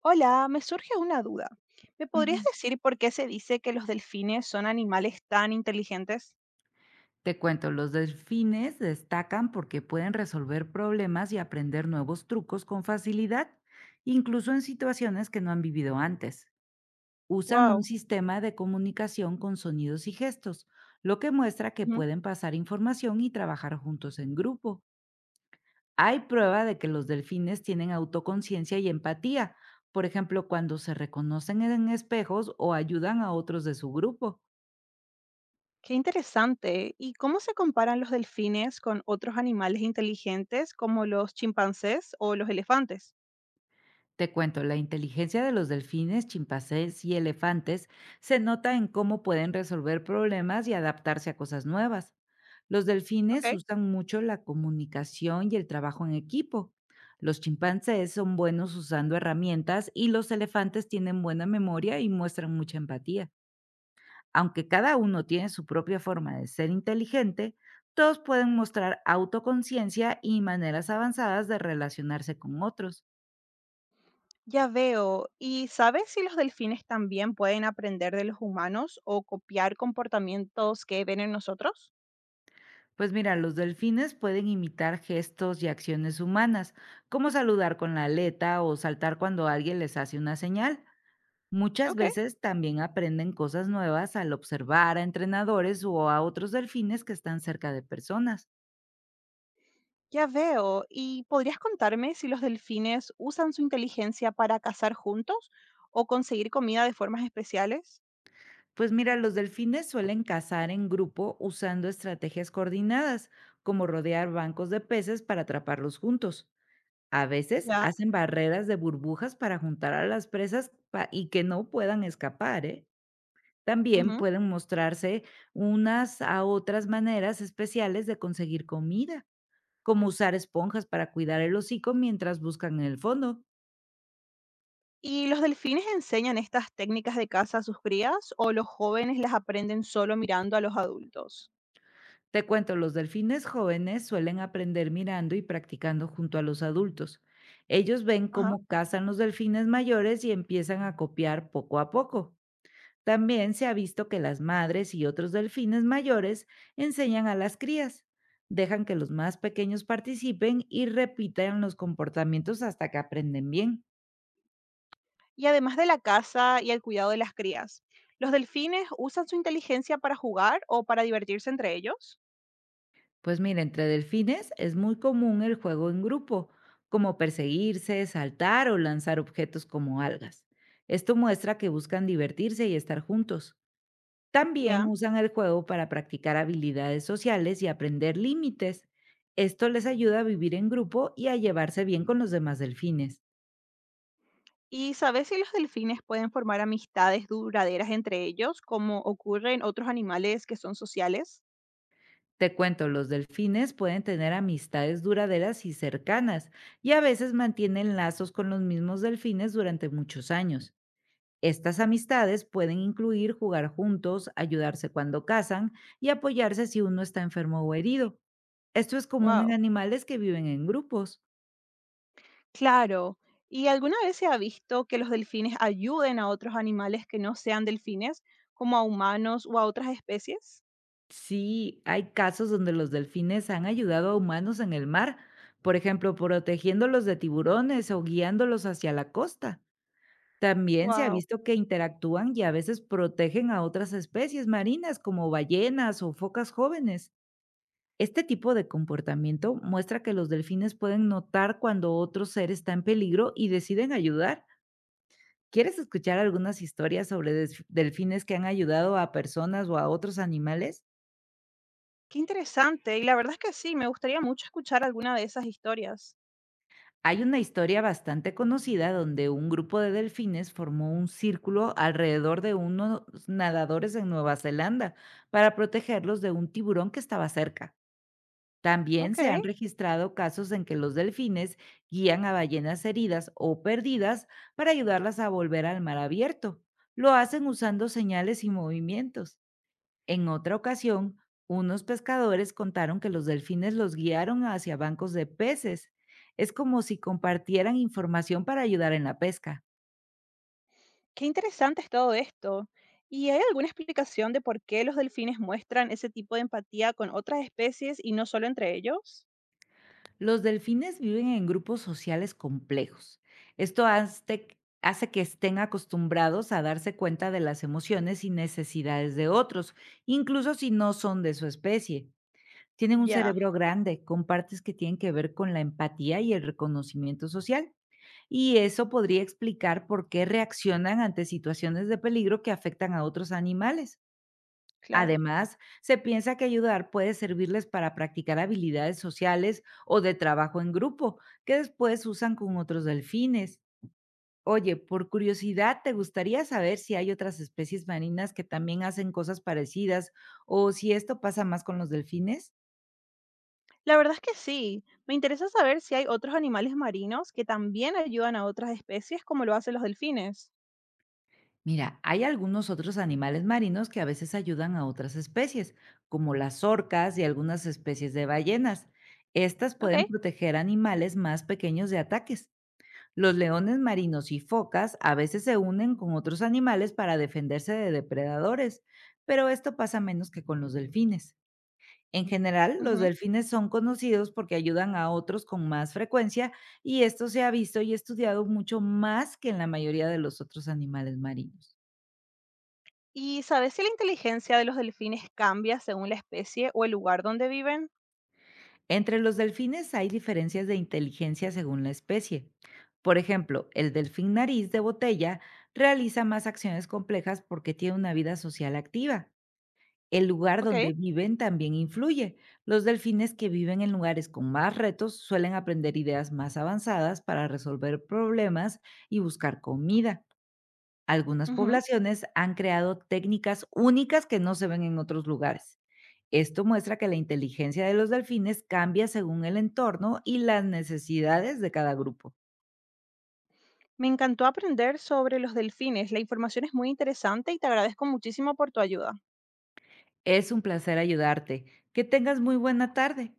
Hola, me surge una duda. ¿Me podrías Ujú. decir por qué se dice que los delfines son animales tan inteligentes? Te cuento, los delfines destacan porque pueden resolver problemas y aprender nuevos trucos con facilidad, incluso en situaciones que no han vivido antes. Usan un Wow, sistema de comunicación con sonidos y gestos, lo que muestra que pueden pasar información y trabajar juntos en grupo. Hay prueba de que los delfines tienen autoconciencia y empatía, por ejemplo, cuando se reconocen en espejos o ayudan a otros de su grupo. qué interesante. ¿Y cómo se comparan los delfines con otros animales inteligentes como los chimpancés o los elefantes? Te cuento, la inteligencia de los delfines, chimpancés y elefantes se nota en cómo pueden resolver problemas y adaptarse a cosas nuevas. Los delfines Ok, usan mucho la comunicación y el trabajo en equipo. Los chimpancés son buenos usando herramientas y los elefantes tienen buena memoria y muestran mucha empatía. Aunque cada uno tiene su propia forma de ser inteligente, todos pueden mostrar autoconciencia y maneras avanzadas de relacionarse con otros. ya veo. ¿Y sabes si los delfines también pueden aprender de los humanos o copiar comportamientos que ven en nosotros? Pues mira, los delfines pueden imitar gestos y acciones humanas, como saludar con la aleta o saltar cuando alguien les hace una señal. Muchas Ok. veces también aprenden cosas nuevas al observar a entrenadores o a otros delfines que están cerca de personas. Ya veo. ¿Y podrías contarme si los delfines usan su inteligencia para cazar juntos o conseguir comida de formas especiales? Pues mira, los delfines suelen cazar en grupo usando estrategias coordinadas, como rodear bancos de peces para atraparlos juntos. A veces Ya. hacen barreras de burbujas para juntar a las presas y que no puedan escapar, ¿eh? También Ujú. pueden mostrarse unas a otras maneras especiales de conseguir comida, como usar esponjas para cuidar el hocico mientras buscan en el fondo. ¿Y los delfines enseñan estas técnicas de caza a sus crías o los jóvenes las aprenden solo mirando a los adultos? Te cuento, los delfines jóvenes suelen aprender mirando y practicando junto a los adultos. Ellos ven Ajá. cómo cazan los delfines mayores y empiezan a copiar poco a poco. También se ha visto que las madres y otros delfines mayores enseñan a las crías, dejan que los más pequeños participen y repitan los comportamientos hasta que aprenden bien. Y además de la caza y el cuidado de las crías, ¿los delfines usan su inteligencia para jugar o para divertirse entre ellos? Pues mira, entre delfines es muy común el juego en grupo, como perseguirse, saltar o lanzar objetos como algas. Esto muestra que buscan divertirse y estar juntos. También Ya. usan el juego para practicar habilidades sociales y aprender límites. Esto les ayuda a vivir en grupo y a llevarse bien con los demás delfines. ¿Y sabes si los delfines pueden formar amistades duraderas entre ellos, como ocurre en otros animales que son sociales? Te cuento, los delfines pueden tener amistades duraderas y cercanas, y a veces mantienen lazos con los mismos delfines durante muchos años. Estas amistades pueden incluir jugar juntos, ayudarse cuando cazan y apoyarse si uno está enfermo o herido. Esto es común en Wow. animales que viven en grupos. Claro. ¿Y alguna vez se ha visto que los delfines ayuden a otros animales que no sean delfines, como a humanos o a otras especies? Sí, hay casos donde los delfines han ayudado a humanos en el mar, por ejemplo, protegiéndolos de tiburones o guiándolos hacia la costa. También se ha Wow. visto que interactúan y a veces protegen a otras especies marinas como ballenas o focas jóvenes. Este tipo de comportamiento muestra que los delfines pueden notar cuando otro ser está en peligro y deciden ayudar. ¿Quieres escuchar algunas historias sobre delfines que han ayudado a personas o a otros animales? Qué interesante. Y la verdad es que sí, me gustaría mucho escuchar alguna de esas historias. Hay una historia bastante conocida donde un grupo de delfines formó un círculo alrededor de unos nadadores en Nueva Zelanda para protegerlos de un tiburón que estaba cerca. También Ok. se han registrado casos en que los delfines guían a ballenas heridas o perdidas para ayudarlas a volver al mar abierto. Lo hacen usando señales y movimientos. En otra ocasión, unos pescadores contaron que los delfines los guiaron hacia bancos de peces. Es como si compartieran información para ayudar en la pesca. Qué interesante es todo esto. ¿Y hay alguna explicación de por qué los delfines muestran ese tipo de empatía con otras especies y no solo entre ellos? Los delfines viven en grupos sociales complejos. Esto hace que estén acostumbrados a darse cuenta de las emociones y necesidades de otros, incluso si no son de su especie. Tienen un Ya, cerebro grande, con partes que tienen que ver con la empatía y el reconocimiento social, y eso podría explicar por qué reaccionan ante situaciones de peligro que afectan a otros animales. claro. Además, se piensa que ayudar puede servirles para practicar habilidades sociales o de trabajo en grupo, que después usan con otros delfines. Oye, por curiosidad, ¿te gustaría saber si hay otras especies marinas que también hacen cosas parecidas o si esto pasa más con los delfines? La verdad es que sí. Me interesa saber si hay otros animales marinos que también ayudan a otras especies, como lo hacen los delfines. Mira, hay algunos otros animales marinos que a veces ayudan a otras especies, como las orcas y algunas especies de ballenas. Estas Ok. pueden proteger animales más pequeños de ataques. Los leones marinos y focas a veces se unen con otros animales para defenderse de depredadores, pero esto pasa menos que con los delfines. En general, los Ujú. delfines son conocidos porque ayudan a otros con más frecuencia, y esto se ha visto y estudiado mucho más que en la mayoría de los otros animales marinos. ¿Y sabes si la inteligencia de los delfines cambia según la especie o el lugar donde viven? Entre los delfines hay diferencias de inteligencia según la especie. Por ejemplo, el delfín nariz de botella realiza más acciones complejas porque tiene una vida social activa. El lugar Ok. donde viven también influye. Los delfines que viven en lugares con más retos suelen aprender ideas más avanzadas para resolver problemas y buscar comida. Algunas Ujú. poblaciones han creado técnicas únicas que no se ven en otros lugares. Esto muestra que la inteligencia de los delfines cambia según el entorno y las necesidades de cada grupo. Me encantó aprender sobre los delfines. La información es muy interesante y te agradezco muchísimo por tu ayuda. Es un placer ayudarte. Que tengas muy buena tarde.